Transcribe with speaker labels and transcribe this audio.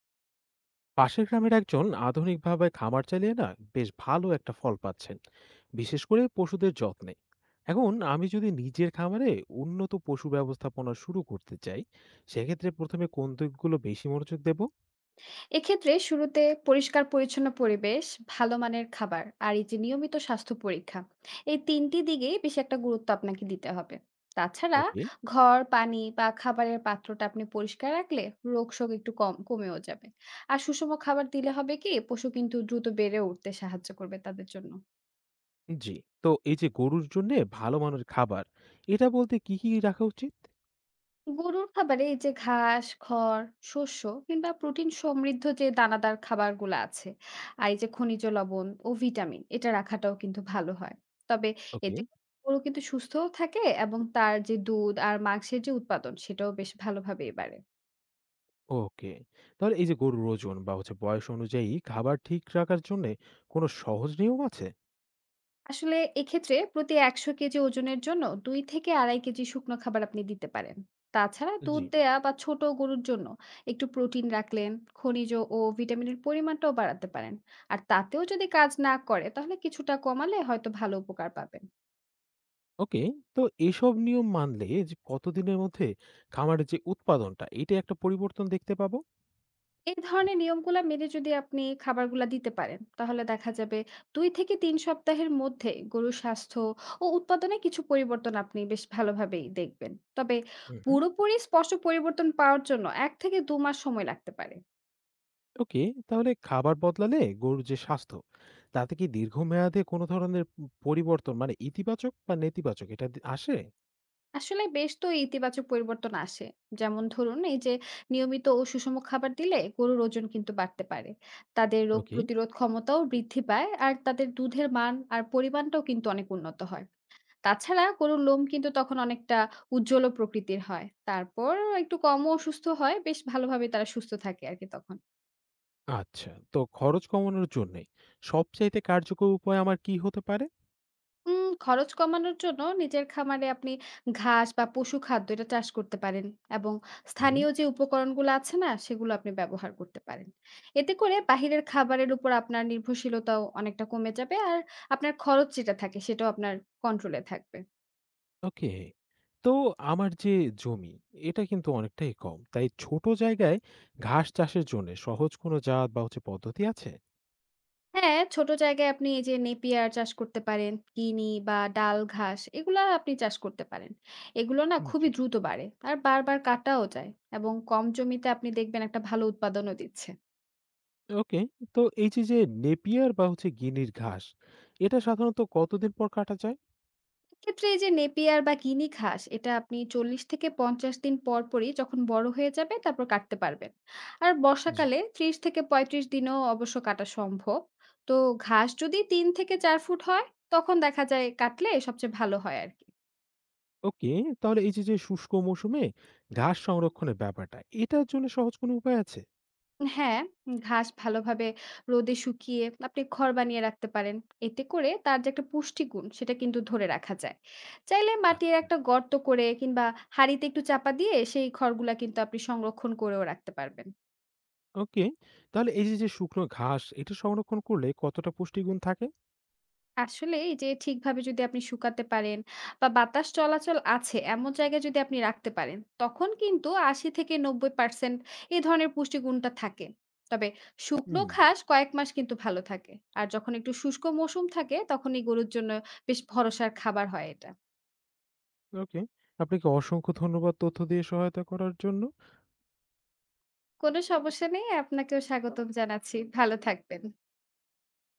Speaker 1: পাশের গ্রামের একজন আধুনিকভাবে খামার চালিয়ে না বেশ ভালো একটা ফল পাচ্ছেন, বিশেষ করে পশুদের যত্নে। এখন আমি যদি নিজের খামারে উন্নত পশু ব্যবস্থাপনা শুরু করতে চাই, সেক্ষেত্রে প্রথমে কোন দিকগুলো বেশি মনোযোগ দেব?
Speaker 2: এক্ষেত্রে শুরুতে পরিষ্কার পরিচ্ছন্ন পরিবেশ, ভালো মানের খাবার আর এই যে নিয়মিত স্বাস্থ্য পরীক্ষা এই তিনটি দিকে বেশি একটা গুরুত্ব আপনাকে দিতে হবে। তাছাড়া
Speaker 1: ওকে।
Speaker 2: ঘর, পানি বা খাবারের পাত্রটা আপনি পরিষ্কার রাখলে রোগ শোক একটু কম কমেও যাবে। আর সুষম খাবার দিলে হবে কি পশু কিন্তু দ্রুত বেড়ে উঠতে সাহায্য করবে তাদের জন্য।
Speaker 1: জি। তো এই যে গরুর জন্য ভালো মানের খাবার, এটা বলতে কি কি রাখা উচিত?
Speaker 2: গরুর খাবারে এই যে ঘাস খড় শস্য কিংবা প্রোটিন সমৃদ্ধ যে দানাদার খাবারগুলো আছে, আর এই যে খনিজ লবণ ও ভিটামিন এটা রাখাটাও কিন্তু ভালো হয়। তবে
Speaker 1: ওকে।
Speaker 2: এতে গরু কিন্তু সুস্থও থাকে, এবং তার যে দুধ আর মাংসের যে উৎপাদন সেটাও বেশ ভালোভাবেই বাড়ে।
Speaker 1: ওকে, তাহলে এই যে গরুর ওজন বা বয়স অনুযায়ী খাবার ঠিক রাখার জন্য কোনো সহজ নিয়ম আছে?
Speaker 2: আসলে এক্ষেত্রে প্রতি ১০০ কেজি ওজনের জন্য ২ থেকে ২.৫ কেজি শুকনো খাবার আপনি দিতে পারেন। তাছাড়া
Speaker 1: জি।
Speaker 2: দুধ দেয়া বা ছোট গরুর জন্য একটু প্রোটিন রাখলেন, খনিজ ও ভিটামিনের পরিমাণটাও বাড়াতে পারেন। আর তাতেও যদি কাজ না করে তাহলে কিছুটা কমালে হয়তো ভালো উপকার পাবেন।
Speaker 1: ওকে। তো এসব নিয়ম মানলে যে কতদিনের মধ্যে খামারের যে উৎপাদনটা, এটা একটা পরিবর্তন দেখতে পাবো?
Speaker 2: এই ধরনের নিয়মগুলা মেনে যদি আপনি খাবারগুলা দিতে পারেন তাহলে দেখা যাবে ২ থেকে ৩ সপ্তাহের মধ্যে গরুর স্বাস্থ্য ও উৎপাদনে কিছু পরিবর্তন আপনি বেশ ভালোভাবেই দেখবেন। তবে
Speaker 1: হুম, হুম।
Speaker 2: পুরোপুরি স্পষ্ট পরিবর্তন পাওয়ার জন্য ১ থেকে ২ মাস সময় লাগতে পারে।
Speaker 1: ওকে। তাহলে খাবার বদলালে গরুর যে স্বাস্থ্য, তাতে কি দীর্ঘমেয়াদে কোনো ধরনের পরিবর্তন মানে ইতিবাচক বা নেতিবাচক এটা দে আসে?
Speaker 2: আসলে বেশ তো ইতিবাচক পরিবর্তন আসে। যেমন ধরুন এই যে নিয়মিত ও সুষম খাবার দিলে গরুর ওজন কিন্তু বাড়তে পারে। তাদের রোগ
Speaker 1: ওকে।
Speaker 2: প্রতিরোধ ক্ষমতাও বৃদ্ধি পায় আর তাদের দুধের মান আর পরিমাণটাও কিন্তু অনেক উন্নত হয়। তাছাড়া গরুর লোম কিন্তু তখন অনেকটা উজ্জ্বল প্রকৃতির হয়। তারপর একটু কমও অসুস্থ হয়। বেশ ভালোভাবে তারা সুস্থ থাকে আরকি তখন।
Speaker 1: আচ্ছা, তো খরচ কমানোর জন্যে সবচাইতে কার্যকর উপায় আমার কি হতে পারে?
Speaker 2: খরচ কমানোর জন্য নিজের খামারে আপনি ঘাস বা পশু খাদ্য এটা চাষ করতে পারেন, এবং
Speaker 1: হুম।
Speaker 2: স্থানীয় যে উপকরণগুলো আছে না, সেগুলো আপনি ব্যবহার করতে পারেন। এতে করে বাহিরের খাবারের উপর আপনার নির্ভরশীলতাও অনেকটা কমে যাবে। আর আপনার খরচ যেটা থাকে সেটাও আপনার কন্ট্রোলে থাকবে।
Speaker 1: ওকে। তো আমার যে জমি, এটা কিন্তু অনেকটাই কম। তাই ছোট জায়গায় ঘাস চাষের জন্যে সহজ কোনো জাত বা পদ্ধতি আছে?
Speaker 2: হ্যাঁ, ছোট জায়গায় আপনি এই যে নেপিয়ার চাষ করতে পারেন, কিনি বা ডাল ঘাস এগুলা আপনি চাষ করতে পারেন। এগুলো না
Speaker 1: জি।
Speaker 2: খুবই দ্রুত বাড়ে আর বারবার কাটাও যায়, এবং কম জমিতে আপনি দেখবেন একটা ভালো উৎপাদনও দিচ্ছে।
Speaker 1: ওকে। তো এই যে, যে নেপিয়ার বা গিনির ঘাস, এটা সাধারণত কতদিন পর কাটা যায়?
Speaker 2: এক্ষেত্রে এই যে নেপিয়ার বা কিনি ঘাস এটা আপনি ৪০ থেকে ৫০ দিন পর পরই যখন বড় হয়ে যাবে তারপর কাটতে পারবেন। আর
Speaker 1: জি।
Speaker 2: বর্ষাকালে ৩০ থেকে ৩৫ দিনেও অবশ্য কাটা সম্ভব। তো ঘাস যদি ৩ থেকে ৪ ফুট হয় তখন দেখা যায় কাটলে সবচেয়ে ভালো হয় আরকি।
Speaker 1: ওকে, তাহলে এই যে, যে শুষ্ক মৌসুমে ঘাস সংরক্ষণের ব্যাপারটা, এটার জন্য সহজ কোনো উপায় আছে?
Speaker 2: হ্যাঁ, ঘাস ভালোভাবে রোদে শুকিয়ে আপনি খড় বানিয়ে রাখতে পারেন। এতে করে তার যে একটা পুষ্টিগুণ সেটা কিন্তু ধরে রাখা যায়। চাইলে মাটির একটা গর্ত করে কিংবা হাঁড়িতে একটু চাপা দিয়ে সেই খড়গুলা কিন্তু আপনি সংরক্ষণ করেও রাখতে পারবেন।
Speaker 1: ওকে। তাহলে এই যে, যে শুকনো ঘাস এটা সংরক্ষণ করলে কতটা পুষ্টিগুণ থাকে?
Speaker 2: আসলে এই যে ঠিকভাবে যদি আপনি শুকাতে পারেন বা বাতাস চলাচল আছে এমন জায়গায় যদি আপনি রাখতে পারেন তখন কিন্তু 80 থেকে 90% এই ধরনের পুষ্টিগুণটা থাকে। তবে শুকনো
Speaker 1: হুম।
Speaker 2: ঘাস কয়েক মাস কিন্তু ভালো থাকে। আর যখন একটু শুষ্ক মৌসুম থাকে তখন এই গরুর জন্য বেশ ভরসার খাবার হয় এটা।
Speaker 1: ওকে। আপনাকে অসংখ্য ধন্যবাদ তথ্য দিয়ে সহায়তা করার জন্য।
Speaker 2: কোনো সমস্যা নেই, আপনাকেও স্বাগতম জানাচ্ছি। ভালো থাকবেন।